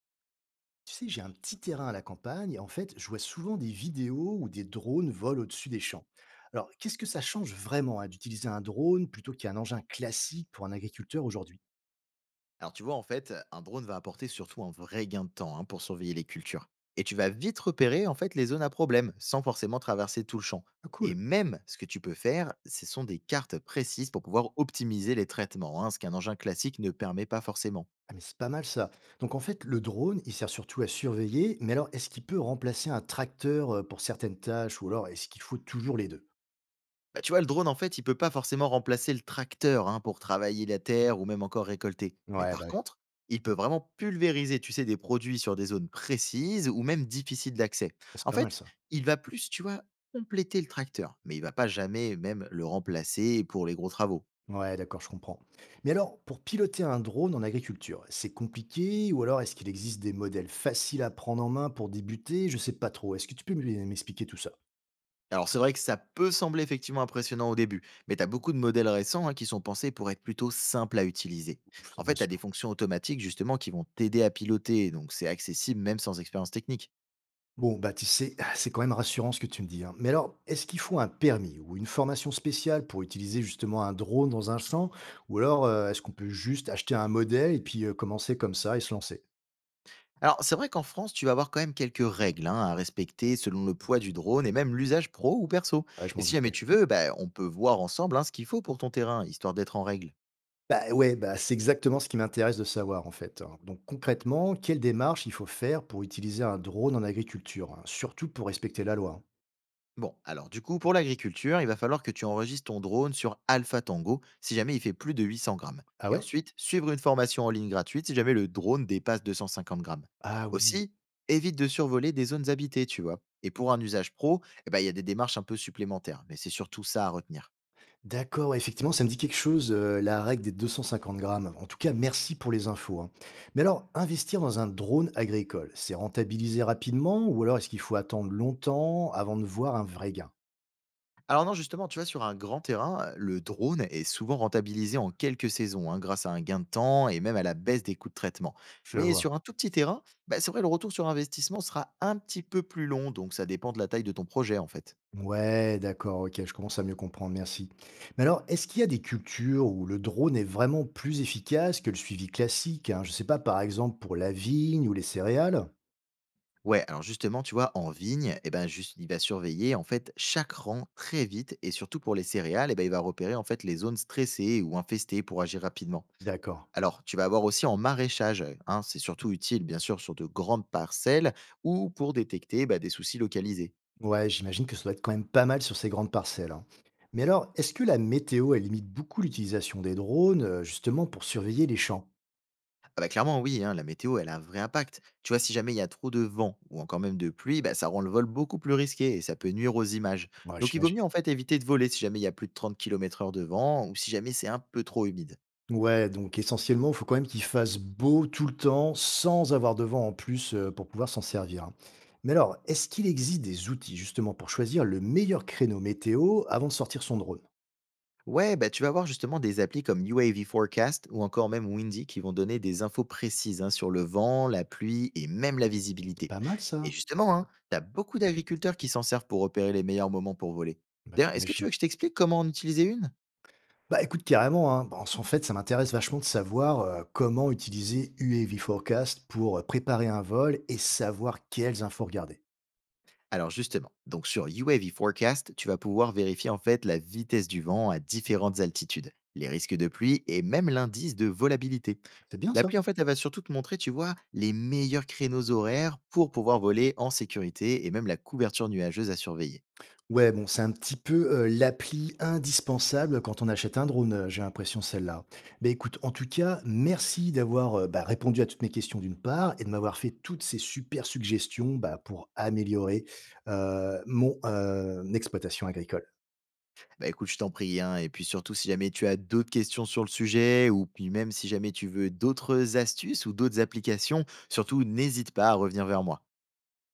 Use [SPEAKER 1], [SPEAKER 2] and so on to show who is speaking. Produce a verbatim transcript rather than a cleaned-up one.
[SPEAKER 1] Tu sais, j'ai un petit terrain à la campagne et en fait, je vois souvent des vidéos où des drones volent au-dessus des champs. Alors, qu'est-ce que ça change vraiment hein, d'utiliser un drone plutôt qu'un engin classique pour un agriculteur aujourd'hui?
[SPEAKER 2] Alors tu vois, en fait, un drone va apporter surtout un vrai gain de temps, hein, pour surveiller les cultures. Et tu vas vite repérer en fait les zones à problème sans forcément traverser tout le champ.
[SPEAKER 1] Ah,
[SPEAKER 2] Et
[SPEAKER 1] cool.
[SPEAKER 2] même ce que tu peux faire, ce sont des cartes précises pour pouvoir optimiser les traitements, hein, ce qu'un engin classique ne permet pas forcément.
[SPEAKER 1] Ah, mais c'est pas mal ça. Donc en fait, le drone, il sert surtout à surveiller, mais alors est-ce qu'il peut remplacer un tracteur euh, pour certaines tâches, ou alors est-ce qu'il faut toujours les deux?
[SPEAKER 2] Bah, tu vois, le drone, en fait, il peut pas forcément remplacer le tracteur, hein, pour travailler la terre ou même encore récolter. Mais
[SPEAKER 1] Ouais, bah
[SPEAKER 2] par
[SPEAKER 1] ouais,
[SPEAKER 2] contre, il peut vraiment pulvériser, tu sais, des produits sur des zones précises ou même difficiles d'accès.
[SPEAKER 1] c'est
[SPEAKER 2] En
[SPEAKER 1] pas mal
[SPEAKER 2] fait,
[SPEAKER 1] ça.
[SPEAKER 2] il va plus, tu vois, compléter le tracteur, mais il va pas jamais même le remplacer pour les gros travaux.
[SPEAKER 1] Ouais, d'accord, je comprends. Mais alors, pour piloter un drone en agriculture, c'est compliqué, ou alors est-ce qu'il existe des modèles faciles à prendre en main pour débuter? Je sais pas trop. Est-ce que tu peux m- m'expliquer tout ça?
[SPEAKER 2] Alors c'est vrai que ça peut sembler effectivement impressionnant au début, mais tu as beaucoup de modèles récents, hein, qui sont pensés pour être plutôt simples à utiliser.
[SPEAKER 1] Ça
[SPEAKER 2] En
[SPEAKER 1] me
[SPEAKER 2] fait, tu as des
[SPEAKER 1] rassure.
[SPEAKER 2] fonctions automatiques justement qui vont t'aider à piloter, donc c'est accessible même sans expérience technique.
[SPEAKER 1] Bon, bah tu sais, ah, c'est quand même rassurant ce que tu me dis, hein. Mais alors, est-ce qu'il faut un permis ou une formation spéciale pour utiliser justement un drone dans un champ? Ou alors, euh, est-ce qu'on peut juste acheter un modèle et puis euh, commencer comme ça et se lancer?
[SPEAKER 2] Alors, c'est vrai qu'en France, tu vas avoir quand même quelques règles, hein, à respecter selon le poids du drone et même l'usage pro ou perso.
[SPEAKER 1] Ouais, je
[SPEAKER 2] Et
[SPEAKER 1] m'en
[SPEAKER 2] si jamais
[SPEAKER 1] doutais.
[SPEAKER 2] tu veux, bah, on peut voir ensemble, hein, ce qu'il faut pour ton terrain, histoire d'être en règle.
[SPEAKER 1] Bah, ouais, bah, c'est exactement ce qui m'intéresse de savoir en fait, hein. Donc concrètement, quelle démarche il faut faire pour utiliser un drone en agriculture, hein, surtout pour respecter la loi, hein?
[SPEAKER 2] Bon, alors du coup, pour l'agriculture, il va falloir que tu enregistres ton drone sur Alpha Tango si jamais il fait plus de huit cents grammes.
[SPEAKER 1] Ah
[SPEAKER 2] Et
[SPEAKER 1] ouais?
[SPEAKER 2] ensuite, suivre une formation en ligne gratuite si jamais le drone dépasse deux cent cinquante grammes.
[SPEAKER 1] Ah oui.
[SPEAKER 2] Aussi, évite de survoler des zones habitées, tu vois. Et pour un usage pro, eh ben, il y a des démarches un peu supplémentaires, mais c'est surtout ça à retenir.
[SPEAKER 1] D'accord, ouais, effectivement, ça me dit quelque chose, euh, la règle des deux cent cinquante grammes. En tout cas, merci pour les infos, hein. Mais alors, investir dans un drone agricole, c'est rentabiliser rapidement, ou alors est-ce qu'il faut attendre longtemps avant de voir un vrai gain?
[SPEAKER 2] Alors non, justement, tu vois, sur un grand terrain, le drone est souvent rentabilisé en quelques saisons, hein, grâce à un gain de temps et même à la baisse des coûts de traitement.
[SPEAKER 1] Je
[SPEAKER 2] Mais
[SPEAKER 1] vois.
[SPEAKER 2] sur un tout petit terrain, bah, c'est vrai, le retour sur investissement sera un petit peu plus long, donc ça dépend de la taille de ton projet, en fait.
[SPEAKER 1] Ouais, d'accord, ok, je commence à mieux comprendre, merci. Mais alors, est-ce qu'il y a des cultures où le drone est vraiment plus efficace que le suivi classique, hein? Je sais pas, par exemple pour la vigne ou les céréales?
[SPEAKER 2] Ouais, alors justement, tu vois, en vigne, eh ben, juste, il va surveiller en fait chaque rang très vite et surtout pour les céréales, eh ben, il va repérer en fait les zones stressées ou infestées pour agir rapidement.
[SPEAKER 1] D'accord.
[SPEAKER 2] Alors, tu vas avoir aussi en maraîchage, hein, c'est surtout utile bien sûr sur de grandes parcelles ou pour détecter, bah, des soucis localisés.
[SPEAKER 1] Ouais, j'imagine que ça doit être quand même pas mal sur ces grandes parcelles, hein. Mais alors, est-ce que la météo, elle limite beaucoup l'utilisation des drones, euh, justement pour surveiller les champs?
[SPEAKER 2] Ah bah, clairement, oui, hein, la météo, elle a un vrai impact. Tu vois, si jamais il y a trop de vent ou encore même de pluie, bah, ça rend le vol beaucoup plus risqué et ça peut nuire aux images.
[SPEAKER 1] Ouais,
[SPEAKER 2] Donc, il vaut
[SPEAKER 1] j'imagine.
[SPEAKER 2] mieux en fait éviter de voler si jamais il y a plus de trente kilomètres heure de vent ou si jamais c'est un peu trop humide.
[SPEAKER 1] Ouais, donc essentiellement, il faut quand même qu'il fasse beau tout le temps, sans avoir de vent en plus euh, pour pouvoir s'en servir, hein. Mais alors, est-ce qu'il existe des outils justement pour choisir le meilleur créneau météo avant de sortir son drone?
[SPEAKER 2] Ouais, bah, tu vas avoir justement des applis comme U A V Forecast ou encore même Windy qui vont donner des infos précises, hein, sur le vent, la pluie et même la
[SPEAKER 1] C'est
[SPEAKER 2] visibilité.
[SPEAKER 1] pas mal
[SPEAKER 2] Et
[SPEAKER 1] ça?
[SPEAKER 2] justement, hein, tu as beaucoup d'agriculteurs qui s'en servent pour repérer les meilleurs moments pour voler.
[SPEAKER 1] Bah,
[SPEAKER 2] D'ailleurs, est-ce que tu
[SPEAKER 1] j'imagine.
[SPEAKER 2] veux que je t'explique comment en utiliser une?
[SPEAKER 1] Bah écoute, carrément, hein. Bah, en fait, ça m'intéresse vachement de savoir euh, comment utiliser U A V Forecast pour euh, préparer un vol et savoir quelles infos regarder.
[SPEAKER 2] Alors justement, donc sur U A V Forecast, tu vas pouvoir vérifier en fait la vitesse du vent à différentes altitudes, les risques de pluie et même l'indice de volabilité.
[SPEAKER 1] C'est bien ça?
[SPEAKER 2] L'appli en fait, elle va surtout te montrer, tu vois, les meilleurs créneaux horaires pour pouvoir voler en sécurité et même la couverture nuageuse à surveiller.
[SPEAKER 1] Ouais, bon, c'est un petit peu euh, l'appli indispensable quand on achète un drone, euh, j'ai l'impression celle-là. Mais écoute, en tout cas, merci d'avoir euh, bah, répondu à toutes mes questions d'une part et de m'avoir fait toutes ces super suggestions bah, pour améliorer euh, mon euh, exploitation agricole.
[SPEAKER 2] Bah écoute, je t'en prie, hein, et puis surtout si jamais tu as d'autres questions sur le sujet, ou puis même si jamais tu veux d'autres astuces ou d'autres applications, surtout n'hésite pas à revenir vers moi.